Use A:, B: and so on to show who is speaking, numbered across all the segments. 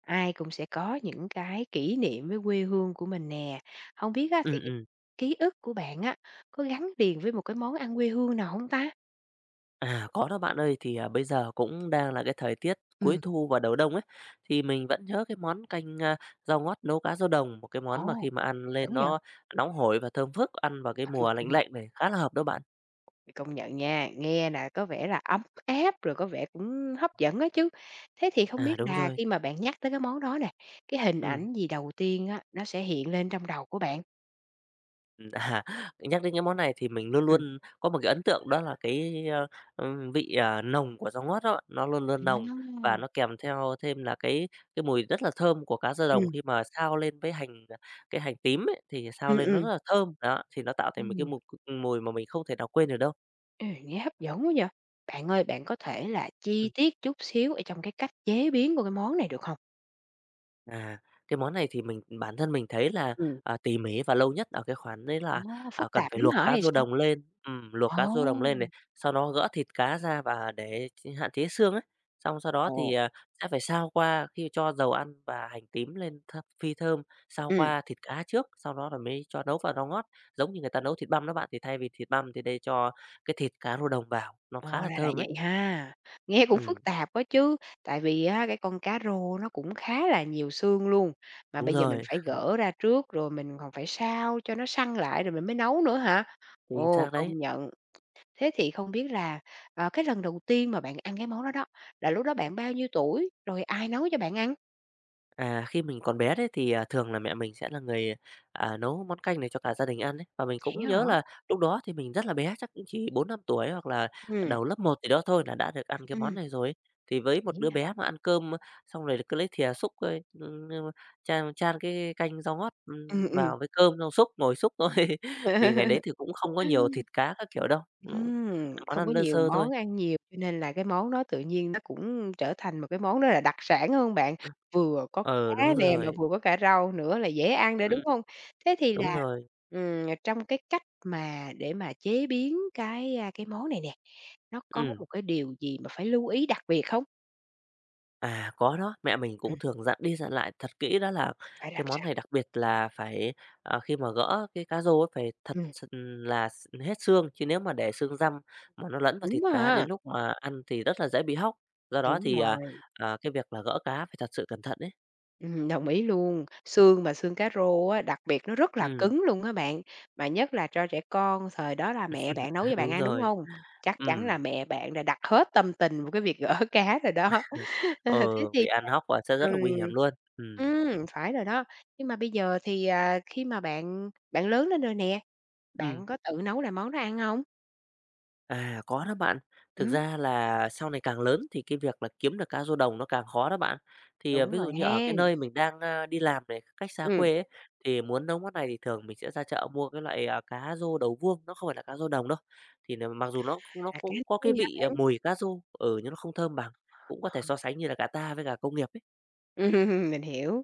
A: Ai cũng sẽ có những cái kỷ niệm với quê hương của mình nè. Không biết á
B: Ừ,
A: thì cái
B: ừm.
A: ký ức của bạn á, có gắn liền với một cái món ăn quê hương nào không ta?
B: À, có đó bạn ơi, thì, bây giờ cũng đang là cái thời tiết cuối
A: Ừ.
B: thu và đầu đông ấy, thì mình vẫn nhớ cái món canh, rau ngót nấu cá rô đồng, một cái
A: Ồ,
B: món mà khi mà ăn
A: hấp
B: lên
A: dẫn vậy!
B: nó nóng hổi và thơm phức, ăn vào cái mùa lạnh lạnh này khá là hợp đó bạn.
A: Công nhận nha, nghe là có vẻ là ấm áp, rồi có vẻ cũng hấp dẫn á chứ. Thế thì không
B: À,
A: biết
B: đúng
A: là
B: rồi,
A: khi mà bạn nhắc tới cái món đó nè, cái hình
B: ừ.
A: ảnh gì đầu tiên á, nó sẽ hiện lên trong đầu của bạn?
B: Ừm, à, Nhắc đến cái món này thì mình luôn
A: Ừ.
B: luôn có một cái ấn tượng đó là cái, vị, nồng của rau ngót đó, nó luôn luôn nồng
A: À.
B: và nó kèm theo thêm là cái mùi rất là thơm của cá da đồng
A: Ừ.
B: khi mà xào lên với hành, cái hành tím ấy, thì xào lên nó
A: Ừ.
B: rất là thơm, đó, thì nó tạo thành một cái
A: Ừm.
B: mùi mùi mà mình không thể nào quên được đâu.
A: Nghe hấp dẫn quá nhở. Bạn ơi, bạn có thể là chi tiết chút xíu ở trong cái cách chế biến của cái món này được không?
B: À, cái món này thì mình bản thân mình thấy là,
A: Ừm.
B: tỉ mỉ và lâu nhất ở cái khoản đấy là,
A: Ồ, phức
B: cần
A: tạp
B: phải
A: lắm
B: luộc
A: hả
B: cá
A: hay
B: rô
A: sao?
B: đồng lên,
A: Ồ!
B: này, sau đó gỡ thịt cá ra và để hạn chế xương ấy. Xong sau đó thì,
A: Ồ.
B: sẽ phải sao qua khi cho dầu ăn và hành tím lên phi thơm, sao
A: Ừm,
B: qua thịt cá trước, sau đó là mới cho nấu vào rau ngót. Giống như người ta nấu thịt băm đó bạn, thì thay vì thịt băm thì đây cho cái thịt cá rô đồng vào, nó khá
A: Ồ,
B: là
A: ra là
B: thơm ấy.
A: vậy ha. Nghe cũng
B: Ừm,
A: phức tạp quá chứ, tại vì á cái con cá rô nó cũng khá là nhiều xương luôn, mà
B: đúng
A: bây giờ mình
B: rồi,
A: phải gỡ ra trước rồi mình còn phải sao cho nó săn lại rồi mình mới nấu nữa hả?
B: chính
A: Ồ,
B: xác đấy.
A: công nhận. Thế thì không biết là, cái lần đầu tiên mà bạn ăn cái món đó đó, là lúc đó bạn bao nhiêu tuổi? Rồi ai nấu cho bạn ăn?
B: À, khi mình còn bé đấy thì, thường là mẹ mình sẽ là người, nấu món canh này cho cả gia đình ăn đấy. Và mình
A: Vậy
B: cũng
A: á
B: nhớ
A: hả?
B: là lúc đó thì mình rất là bé, chắc cũng chỉ 4-5 tuổi hoặc là
A: Ừm.
B: đầu lớp một thì đó thôi là đã được ăn cái món
A: Ừm.
B: này rồi ấy. Thì với một
A: Vậy
B: đứa bé
A: hả?
B: mà ăn cơm xong rồi cứ lấy thìa xúc, chan chan cái canh rau ngót,
A: Ừm, ừm.
B: vào với cơm xong xúc, ngồi xúc thôi. Vì ngày đấy thì cũng không có nhiều thịt cá các kiểu đâu, món
A: Không
B: ăn
A: có
B: đơn
A: nhiều
B: sơ thôi.
A: món ăn nhiều, cho nên là cái món đó tự nhiên nó cũng trở thành một cái món rất là đặc sản, hơn bạn?
B: Ờ,
A: Vừa có
B: ờ,
A: cá nè, mà vừa có cả rau nữa là dễ ăn nữa, đúng
B: ừm,
A: không? Thế thì
B: đúng
A: là,
B: rồi,
A: trong cái cách mà để mà chế biến cái, cái món này nè, nó có
B: ừ.
A: một cái điều gì mà phải lưu ý đặc biệt không?
B: À, có đó, mẹ mình cũng thường dặn đi dặn lại thật kỹ đó là
A: Phải
B: cái
A: làm
B: món
A: sao?
B: này đặc biệt là phải, khi mà gỡ cái cá rô ấy phải thật
A: Ừm,
B: là hết xương, chứ nếu mà để xương răm mà nó lẫn vào thịt
A: đúng á
B: cá đến
A: ha.
B: lúc mà ăn thì rất là dễ bị hóc. Do đó
A: Đúng
B: thì,
A: rồi,
B: cái việc là gỡ cá phải thật sự cẩn thận đấy.
A: đồng ý luôn. Xương mà xương cá rô á, đặc biệt nó rất là
B: Ừm,
A: cứng luôn á bạn, mà nhất là cho trẻ con, thời đó là mẹ bạn nấu cho bạn
B: đúng
A: ăn, đúng
B: rồi.
A: hông? Chắc chắn là
B: Ừm,
A: mẹ bạn đã đặt hết tâm tình vào cái việc gỡ cá rồi đó.
B: ừ,
A: Ờ,
B: ờ,
A: thế
B: vì
A: thì
B: ăn hóc và sẽ rất
A: ừm,
B: là nguy hiểm luôn. Ừm,
A: phải rồi đó. Nhưng mà bây giờ thì, khi mà bạn bạn lớn lên rồi nè,
B: ừm.
A: bạn có tự nấu lại món đó ăn hông?
B: À, có đó bạn. Thực
A: Ừm,
B: ra là sau này càng lớn thì cái việc là kiếm được cá rô đồng nó càng khó đó bạn. Thì,
A: đúng
B: ví dụ
A: rồi
B: như ở
A: ha.
B: cái nơi mình đang, đi làm này, cách xa
A: Ừm,
B: quê ấy, thì muốn nấu món này thì thường mình sẽ ra chợ mua cái loại, cá rô đầu vuông, nó không phải là cá rô đồng đâu. Thì mặc dù nó
A: là cá
B: cũng có cái
A: nuôi hả
B: vị,
A: bạn?
B: mùi cá rô, nhưng nó không thơm bằng, cũng có thể so sánh như là cá ta với cả công nghiệp ấy.
A: Mình hiểu.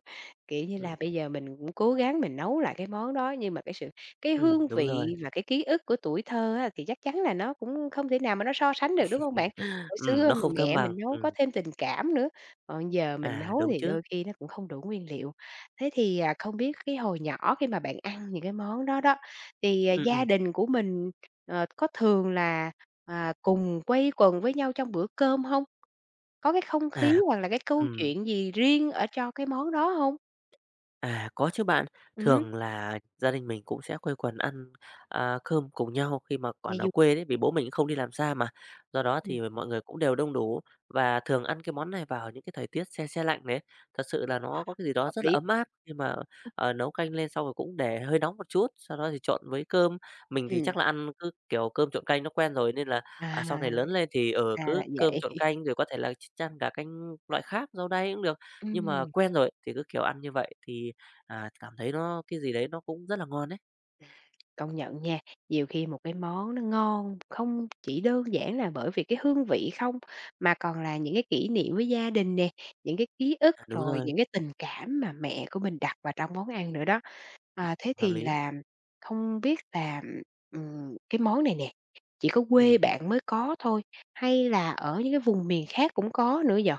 A: Kiểu như
B: Ừm,
A: là, bây giờ mình cũng cố gắng mình nấu lại cái món đó, nhưng mà cái hương
B: đúng rồi,
A: vị và cái ký ức của tuổi thơ á, thì chắc chắn là nó cũng không thể nào mà nó so sánh được, đúng hông
B: ừm,
A: bạn?
B: ừm,
A: Hồi xưa
B: nó
A: mình
B: không thơm
A: mẹ
B: bằng,
A: mình nấu có thêm tình cảm nữa, còn giờ mình nấu
B: đúng
A: thì
B: chứ,
A: đôi khi nó cũng không đủ nguyên liệu. Thế thì, không biết cái hồi nhỏ khi mà bạn ăn những cái món đó đó, thì,
B: ừm,
A: gia
B: ừm,
A: đình của mình, có thường là, cùng quây quần với nhau trong bữa cơm hông? Có cái không khí
B: à,
A: hoặc là cái câu
B: ừm.
A: chuyện gì riêng ở cho cái món đó hông?
B: À, có chứ bạn.
A: Ừm.
B: Thường là gia đình mình cũng sẽ quây quần ăn, cơm cùng nhau khi mà còn
A: nghe
B: ở
A: du
B: quê đấy, vì bố mình cũng không đi làm xa mà. Do đó
A: Ừm,
B: thì mọi người cũng đều đông đủ và thường ăn cái món này vào những cái thời tiết se se lạnh đấy. Thật sự là nó
A: à,
B: có cái gì đó
A: hợp
B: rất là
A: lý.
B: ấm áp nhưng mà, nấu canh lên xong rồi cũng để hơi nóng một chút, sau đó thì trộn với cơm. Mình thì
A: Ừm,
B: chắc là ăn cứ, kiểu, cơm trộn canh nó quen rồi nên là, sau này
A: à,
B: lớn lên thì,
A: ra
B: cứ
A: là
B: cơm trộn
A: vậy.
B: canh rồi có thể là chan cả canh loại khác, rau đay cũng được. Nhưng mà
A: Ừm,
B: quen rồi thì cứ, kiểu, ăn như vậy thì. À, cảm thấy nó cái gì đấy nó cũng rất là ngon đấy.
A: Công nhận nha, nhiều khi một cái món nó ngon không chỉ đơn giản là bởi vì cái hương vị không, mà còn là những cái kỷ niệm với gia đình nè, những cái ký ức,
B: À, đúng
A: rồi
B: rồi,
A: những cái tình cảm mà mẹ của mình đặt vào trong món ăn nữa đó. Thế
B: hợp
A: thì
B: lý.
A: là không biết là, cái món này nè, chỉ có quê
B: Ừm.
A: bạn mới có thôi, hay là ở những cái vùng miền khác cũng có nữa vậy?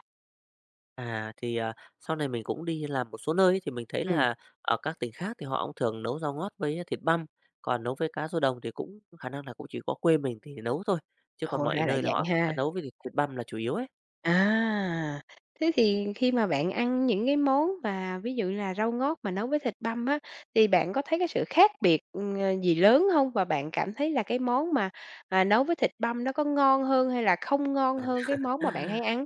B: À, thì, sau này mình cũng đi làm một số nơi ấy, thì mình thấy
A: Ừ.
B: là ở các tỉnh khác thì họ cũng thường nấu rau ngót với thịt băm, còn nấu với cá rô đồng thì cũng khả năng là cũng chỉ có quê mình thì nấu thôi, chứ còn
A: Ồ,
B: mọi
A: ra là
B: nơi là
A: vậy
B: họ đã
A: ha.
B: nấu với thịt thịt băm là chủ yếu ấy.
A: À, Thế thì khi mà bạn ăn những cái món mà ví dụ là rau ngót mà nấu với thịt băm á, thì bạn có thấy cái sự khác biệt, gì lớn không? Và bạn cảm thấy là cái món mà, nấu với thịt băm nó có ngon hơn hay là không ngon
B: À,
A: hơn cái món mà bạn hay ăn?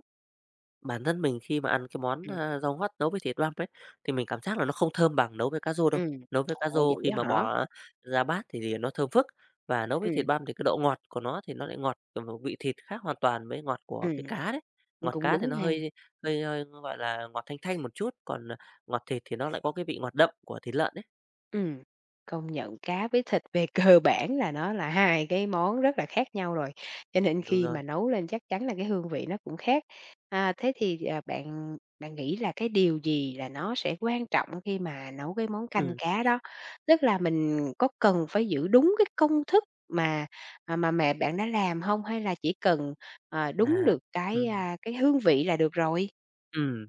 B: Bản thân mình khi mà ăn cái món,
A: Ừ.
B: rau hoắt nấu với thịt băm ấy, thì mình cảm giác là nó không thơm bằng nấu với cá rô đâu.
A: Ừ.
B: Nấu với cá
A: Ồ,
B: rô
A: vậy
B: khi
A: á
B: mà
A: hả?
B: bỏ ra bát thì nó thơm phức, và nấu với
A: Ừ.
B: thịt băm thì cái độ ngọt của nó thì nó lại ngọt, còn vị thịt khác hoàn toàn với ngọt của
A: Ừ.
B: cái cá đấy. Ngọt
A: Cũng
B: cá thì
A: đúng
B: nó
A: ha.
B: hơi hơi hơi, gọi là, ngọt thanh thanh một chút, còn, ngọt thịt thì nó lại có cái vị ngọt đậm của thịt lợn đấy.
A: Ừm, Công nhận cá với thịt về cơ bản là nó là hai cái món rất là khác nhau rồi, cho nên
B: Đúng
A: khi
B: rồi,
A: mà nấu lên chắc chắn là cái hương vị nó cũng khác. Thế thì, bạn bạn nghĩ là cái điều gì là nó sẽ quan trọng khi mà nấu cái món
B: ừ,
A: canh cá đó? Tức là mình có cần phải giữ đúng cái công thức mà, mà mẹ bạn đã làm không? Hay là chỉ cần, đúng
B: à,
A: được cái,
B: ừm.
A: cái hương vị là được rồi?
B: Ừm,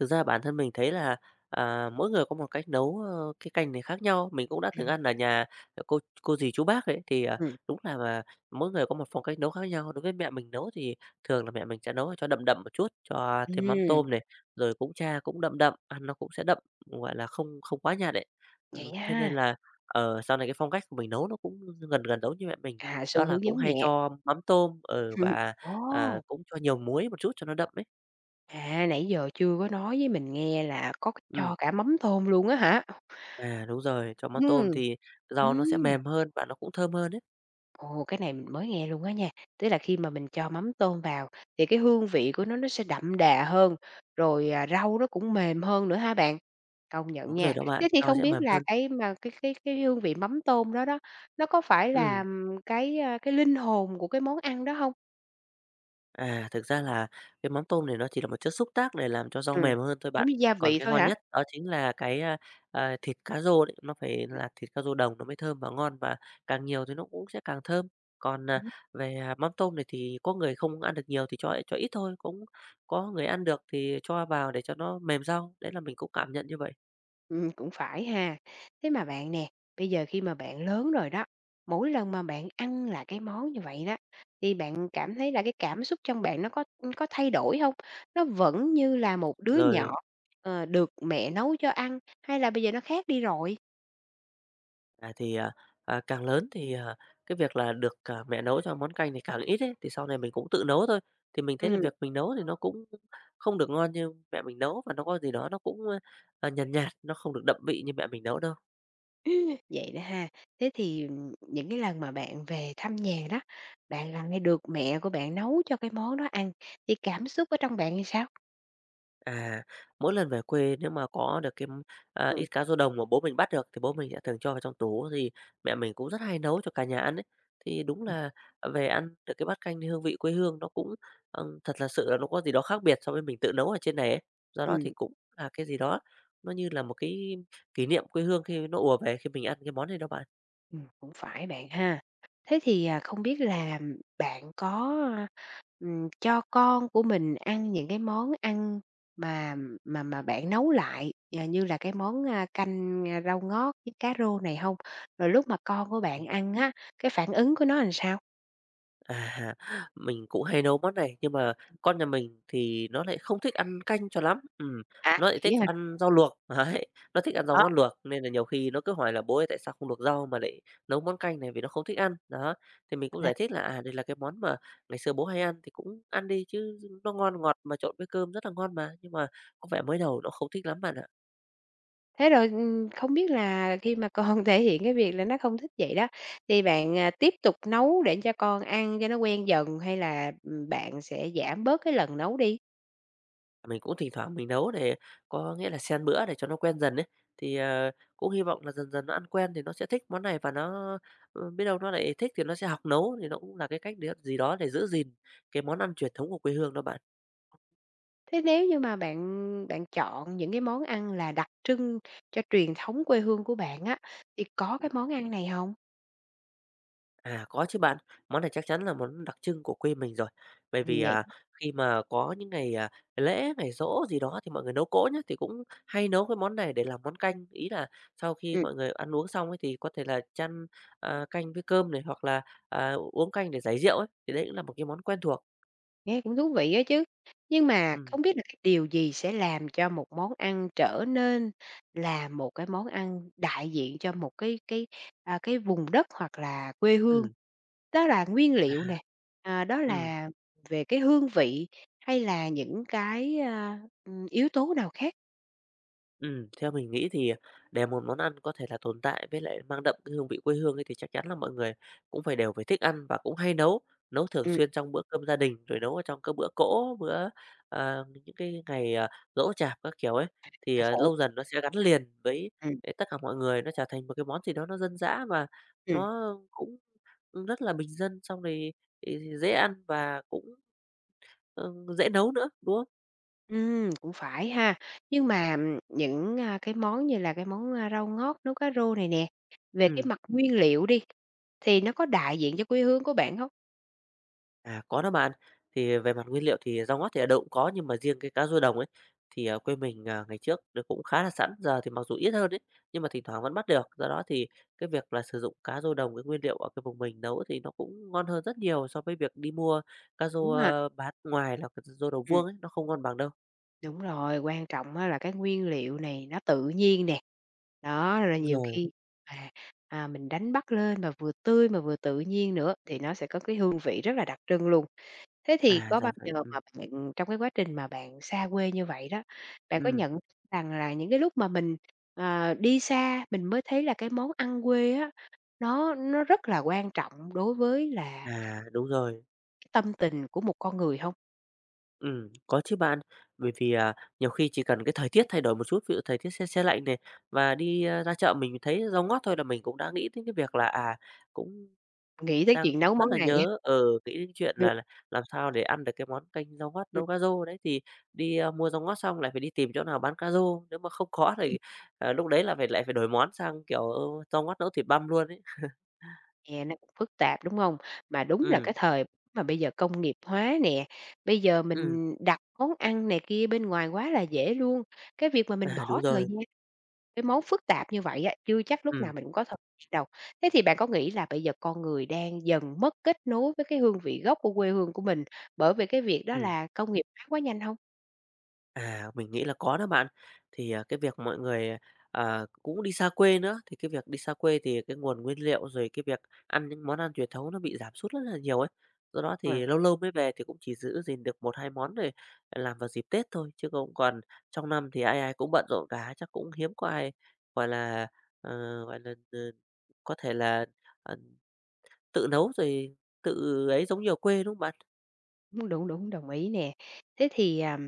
B: thực ra bản thân mình thấy là, mỗi người có một cách nấu, cái canh này khác nhau. Mình cũng đã từng
A: Ừm.
B: ăn ở nhà cô dì, chú bác đấy, thì,
A: Ừm,
B: đúng là mà mỗi người có một phong cách nấu khác nhau. Đối với mẹ mình nấu thì thường là mẹ mình sẽ nấu cho đậm đậm một chút, cho thêm mắm
A: ừm,
B: tôm này, rồi cũng cha cũng đậm đậm, ăn nó cũng sẽ đậm, gọi là, không không quá nhạt đấy.
A: vậy
B: Thế nên
A: ha.
B: là, sau này cái phong cách của mình nấu nó cũng gần gần giống như mẹ mình,
A: À,
B: đó
A: xu
B: là
A: hướng
B: cũng
A: giống
B: hay
A: mẹ.
B: cho mắm tôm,
A: Ừm,
B: và,
A: ồ!
B: cũng cho nhiều muối một chút cho nó đậm ấy.
A: À, nãy giờ chưa có nói với mình nghe là có
B: Ừm.
A: cho cả mắm tôm luôn á hả?
B: À, đúng rồi, cho mắm tôm
A: Ừm.
B: thì rau nó sẽ
A: Ừm,
B: mềm hơn và nó cũng thơm hơn đấy.
A: ồ, cái này mình mới nghe luôn á nha. Tức là khi mà mình cho mắm tôm vào thì cái hương vị của nó sẽ đậm đà hơn, rồi, rau nó cũng mềm hơn nữa hả bạn? Công nhận
B: Đúng rồi
A: nha.
B: đó bạn,
A: Thế thì
B: rau
A: không
B: sẽ
A: biết
B: mềm
A: là
B: hơn.
A: cái mà cái hương vị mắm tôm đó đó, nó có phải là,
B: Ừ,
A: cái linh hồn của cái món ăn đó hông?
B: thực ra là cái mắm tôm này nó chỉ là một chất xúc tác để làm cho rau
A: Ừm,
B: mềm hơn thôi
A: giống
B: bạn.
A: như gia
B: Còn
A: vị
B: cái
A: thôi
B: ngon
A: hả?
B: nhất đó chính là cái, thịt cá rô đấy, nó phải là thịt cá rô đồng nó mới thơm và ngon và càng nhiều thì nó cũng sẽ càng thơm. Còn,
A: Ừm.
B: về, mắm tôm này thì có người không ăn được nhiều thì cho ít thôi, cũng có người ăn được thì cho vào để cho nó mềm rau, đấy là mình cũng cảm nhận như vậy.
A: Cũng phải ha. Thế mà bạn nè, bây giờ khi mà bạn lớn rồi đó, mỗi lần mà bạn ăn là cái món như vậy đó, thì bạn cảm thấy là cái cảm xúc trong bạn nó có thay đổi không? Nó vẫn như là một đứa
B: Rồi.
A: nhỏ, được mẹ nấu cho ăn, hay là bây giờ nó khác đi rồi?
B: À, thì, càng lớn thì, cái việc là được, mẹ nấu cho món canh thì càng ít ấy, thì sau này mình cũng tự nấu thôi. Thì mình thấy là
A: Ừm,
B: việc mình nấu thì nó cũng không được ngon như mẹ mình nấu, và nó có gì đó nó cũng, nhàn nhạt, nó không được đậm vị như mẹ mình nấu đâu.
A: vậy đó ha. Thế thì, những cái lần mà bạn về thăm nhà đó, bạn lại nghe được mẹ của bạn nấu cho cái món đó ăn, thì cảm xúc ở trong bạn như sao?
B: À, mỗi lần về quê nếu mà có được cái, ít
A: Ừm.
B: cá rô đồng mà bố mình bắt được thì bố mình sẽ thường cho vào trong tủ, thì mẹ mình cũng rất hay nấu cho cả nhà ăn ấy. Thì đúng
A: Ừm.
B: là về ăn được cái bát canh thì hương vị quê hương nó cũng, thật là sự là nó có gì đó khác biệt so với mình tự nấu ở trên này ấy. Do đó thì cũng là cái gì đó nó như là một cái kỷ niệm quê hương khi nó ùa về khi mình ăn cái món này đó bạn.
A: Cũng phải bạn ha. Thế thì, không biết là bạn có, cho con của mình ăn những cái món ăn mà bạn nấu lại, như là cái món, canh, rau ngót với cá rô này không. Rồi lúc mà con của bạn ăn á, cái phản ứng của nó làm sao?
B: À, mình cũng hay nấu món này, nhưng mà con nhà mình thì nó lại không thích ăn canh cho lắm,
A: À,
B: nó lại
A: vậy
B: thích
A: hả?
B: ăn rau luộc, đấy, nó thích ăn rau
A: Ờ,
B: ngon luộc, nên là nhiều khi nó cứ hỏi là "Bố ơi, tại sao không luộc rau mà lại nấu món canh này?" vì nó không thích ăn. Đó, thì mình cũng
A: là-
B: giải thích là, "Đây là cái món mà ngày xưa bố hay ăn thì cũng ăn đi chứ, nó ngon ngọt mà trộn với cơm rất là ngon mà." Nhưng mà có vẻ mới đầu nó không thích lắm bạn ạ.
A: thế rồi, không biết là khi mà con thể hiện cái việc là nó không thích vậy đó, thì bạn, tiếp tục nấu để cho con ăn cho nó quen dần hay là, bạn sẽ giảm bớt cái lần nấu đi?
B: Mình cũng thỉnh thoảng mình nấu để có nghĩa là xen bữa để cho nó quen dần ấy. Thì, cũng hy vọng là dần dần nó ăn quen thì nó sẽ thích món này và nó, biết đâu nó lại thích thì nó sẽ học nấu, thì nó cũng là cái cách để gì đó để giữ gìn cái món ăn truyền thống của quê hương đó bạn.
A: Thế nếu như mà bạn bạn chọn những cái món ăn là đặc trưng cho truyền thống quê hương của bạn á, thì có cái món ăn này hông?
B: À, có chứ bạn. Món này chắc chắn là món đặc trưng của quê mình rồi. Bởi vì,
A: Vậy.
B: khi mà có những ngày, lễ, ngày giỗ gì đó thì mọi người nấu cỗ nhá, thì cũng hay nấu cái món này để làm món canh. Ý là sau khi
A: ừm,
B: mọi người ăn uống xong ấy thì có thể là chan, canh với cơm này, hoặc là, uống canh để giải rượu ấy, thì đấy cũng là một cái món quen thuộc.
A: Nghe cũng thú vị á chứ. Nhưng mà
B: Ừm,
A: không biết là cái điều gì sẽ làm cho một món ăn trở nên là một cái món ăn đại diện cho một cái vùng đất hoặc là quê hương?
B: ừm,
A: Đó là nguyên liệu
B: à,
A: nè, đó
B: ừm.
A: là về cái hương vị hay là những cái, yếu tố nào khác?
B: Theo mình nghĩ thì để một món ăn có thể là tồn tại với lại mang đậm cái hương vị quê hương ấy thì chắc chắn là mọi người cũng phải đều phải thích ăn và cũng hay nấu, nấu thường
A: Ừm,
B: xuyên trong bữa cơm gia đình, rồi nấu ở trong các bữa cỗ, bữa, những cái ngày, giỗ chạp các kiểu ấy, thì,
A: là phụ.
B: lâu dần nó sẽ gắn liền với
A: Ừm,
B: với tất cả mọi người, nó trở thành một cái món gì đó nó dân dã và
A: ừm.
B: nó cũng rất là bình dân, xong rồi thì dễ ăn và cũng, ờ, dễ nấu nữa, đúng không?
A: Cũng phải ha. Nhưng mà, những, cái món như là cái món, rau ngót nấu cá rô này nè, về cái
B: Ừm.
A: mặt nguyên liệu đi, thì nó có đại diện cho quê hương của bạn không?
B: À, có đó bạn. Thì về mặt nguyên liệu thì rau ngót thì ở đâu cũng có, nhưng mà riêng cái cá rô đồng ấy, thì, quê mình, ngày trước nó cũng khá là sẵn, giờ thì mặc dù ít hơn ấy, nhưng mà thỉnh thoảng vẫn bắt được. Do đó thì cái việc là sử dụng cá rô đồng, cái nguyên liệu ở cái vùng mình nấu thì nó cũng ngon hơn rất nhiều so với việc đi mua cá rô,
A: Đúng ha,
B: bán ngoài là cái rô đầu
A: ừm,
B: vuông ấy, nó không ngon bằng đâu.
A: đúng rồi, quan trọng á là cái nguyên liệu này nó tự nhiên nè. Đó, rồi
B: Đúng
A: nhiều
B: rồi.
A: khi à, mình đánh bắt lên mà vừa tươi mà vừa tự nhiên nữa thì nó sẽ có cái hương vị rất là đặc trưng luôn. Thế thì
B: À,
A: có
B: ra
A: bao
B: vậy.
A: giờ mà bạn trong cái quá trình mà bạn xa quê như vậy đó, bạn có
B: Ừm.
A: nhận rằng là những cái lúc mà mình, đi xa mình mới thấy là cái món ăn quê á, nó rất là quan trọng đối với là
B: À, đúng rồi.
A: tâm tình của một con người không?
B: Có chứ bạn. Bởi vì, nhiều khi chỉ cần cái thời tiết thay đổi một chút, ví dụ thời tiết se se lạnh này, và đi, ra chợ mình thấy rau ngót thôi là mình cũng đã nghĩ đến cái việc là, cũng
A: Nghĩ tới
B: đang
A: chuyện nấu
B: rất
A: món
B: là
A: này.
B: nhớ nghĩ đến chuyện
A: Ừm,
B: là làm sao để ăn được cái món canh rau ngót nấu cá rô đấy. Thì đi, mua rau ngót xong lại phải đi tìm chỗ nào bán cá rô, nếu mà không có
A: ừm.
B: thì, lúc đấy là lại phải đổi món sang, kiểu, rau ngót nấu thịt băm luôn ấy.
A: Nè, nó cũng phức tạp, đúng không? Mà đúng là
B: Ừm,
A: cái thời mà bây giờ công nghiệp hóa nè, bây giờ
B: ừm,
A: mình đặt món ăn này kia bên ngoài quá là dễ luôn, cái việc mà mình
B: đúng
A: bỏ thời
B: rồi.
A: gian. Cái món phức tạp như vậy á, chưa chắc lúc
B: Ừm,
A: nào mình cũng có thời gian đâu. Thế thì bạn có nghĩ là bây giờ con người đang dần mất kết nối với cái hương vị gốc của quê hương của mình bởi vì cái việc đó
B: ừm.
A: là công nghiệp hóa quá nhanh không?
B: À, mình nghĩ là có đó bạn. Thì, cái việc mọi người, cũng đi xa quê nữa, thì cái việc đi xa quê thì cái nguồn nguyên liệu, rồi cái việc ăn những món ăn truyền thống nó bị giảm sút rất là nhiều ấy. Do đó
A: Ờ,
B: thì lâu lâu mới về thì cũng chỉ giữ gìn được một 2 món để làm vào dịp Tết thôi, chứ cũng còn trong năm thì ai ai cũng bận rộn cả, chắc cũng hiếm có ai, gọi là, ờ, gọi là, ờ, có thể là, ờ, tự nấu rồi tự ấy giống như ở quê, đúng không bạn?
A: đúng, đúng, đúng, đồng ý nè. Thế thì,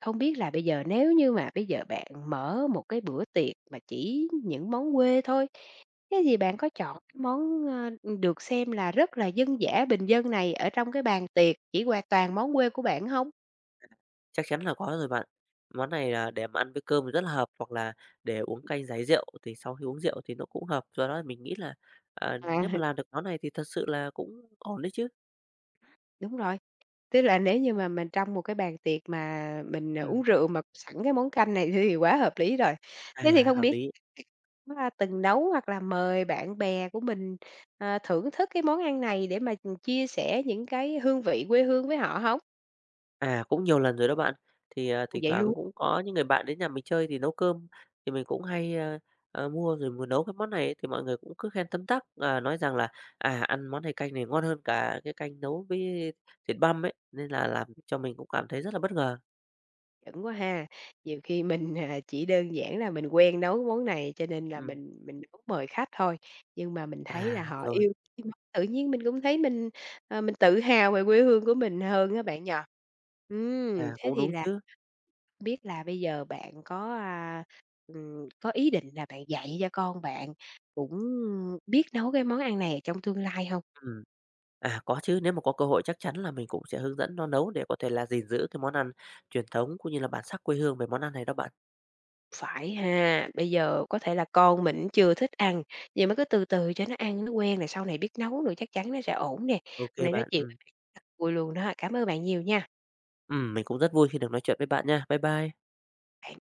A: không biết là bây giờ nếu như mà bây giờ bạn mở một cái bữa tiệc mà chỉ những món quê thôi, thế thì bạn có chọn cái món, được xem là rất là dân dã, bình dân này ở trong cái bàn tiệc chỉ qua toàn món quê của bạn không?
B: Chắc chắn là có rồi bạn. Món này là để mà ăn với cơm thì rất là hợp, hoặc là để uống canh giải rượu thì sau khi uống rượu thì nó cũng hợp. Do đó mình nghĩ là,
A: À,
B: nếu mà làm được món này thì thật sự là cũng ổn đấy chứ.
A: đúng rồi. Tức là nếu như mà mình trong một cái bàn tiệc mà mình, uống
B: Ừm,
A: rượu mà sẵn cái món canh này thì quá hợp lý rồi. Thế thì không
B: hợp
A: biết
B: lý.
A: từng nấu hoặc là mời bạn bè của mình, thưởng thức cái món ăn này để mà, chia sẻ những cái hương vị quê hương với họ hông?
B: À, cũng nhiều lần rồi đó bạn. Thì,
A: Ồ,
B: thỉnh
A: vậy
B: thoảng
A: luôn?
B: cũng có những người bạn đến nhà mình chơi thì nấu cơm, thì mình cũng hay, mua rồi mình nấu cái món này ấy, thì mọi người cũng cứ khen tấm tắc, nói rằng là, ăn món này canh này ngon hơn cả cái canh nấu với thịt băm ấy, nên là làm cho mình cũng cảm thấy rất là bất ngờ.
A: Chuẩn quá ha. Nhiều khi mình, chỉ đơn giản là mình quen nấu món này cho nên là
B: Ừm.
A: mình nấu mời khách thôi, nhưng mà mình thấy
B: À,
A: là họ
B: rồi,
A: yêu cái món tự nhiên mình cũng thấy mình tự hào về quê hương của mình hơn á bạn nhỉ? Thế
B: cũng
A: thì
B: đúng
A: là
B: chứ.
A: không biết là bây giờ bạn có, có ý định là bạn dạy cho con bạn cũng biết nấu cái món ăn này trong tương lai không?
B: Ừm, có chứ, nếu mà có cơ hội chắc chắn là mình cũng sẽ hướng dẫn nó nấu để có thể là gìn giữ cái món ăn truyền thống cũng như là bản sắc quê hương về món ăn này đó bạn.
A: Phải ha, bây giờ có thể là con mình chưa thích ăn, nhưng mà cứ từ từ cho nó ăn nó quen là sau này biết nấu nữa chắc chắn nó sẽ ổn nè.
B: OK
A: Hôm nay nói
B: bạn,
A: chuyện với bạn rất là vui luôn đó, cảm ơn bạn nhiều nha.
B: Mình cũng rất vui khi được nói chuyện với bạn nha. Bye bye.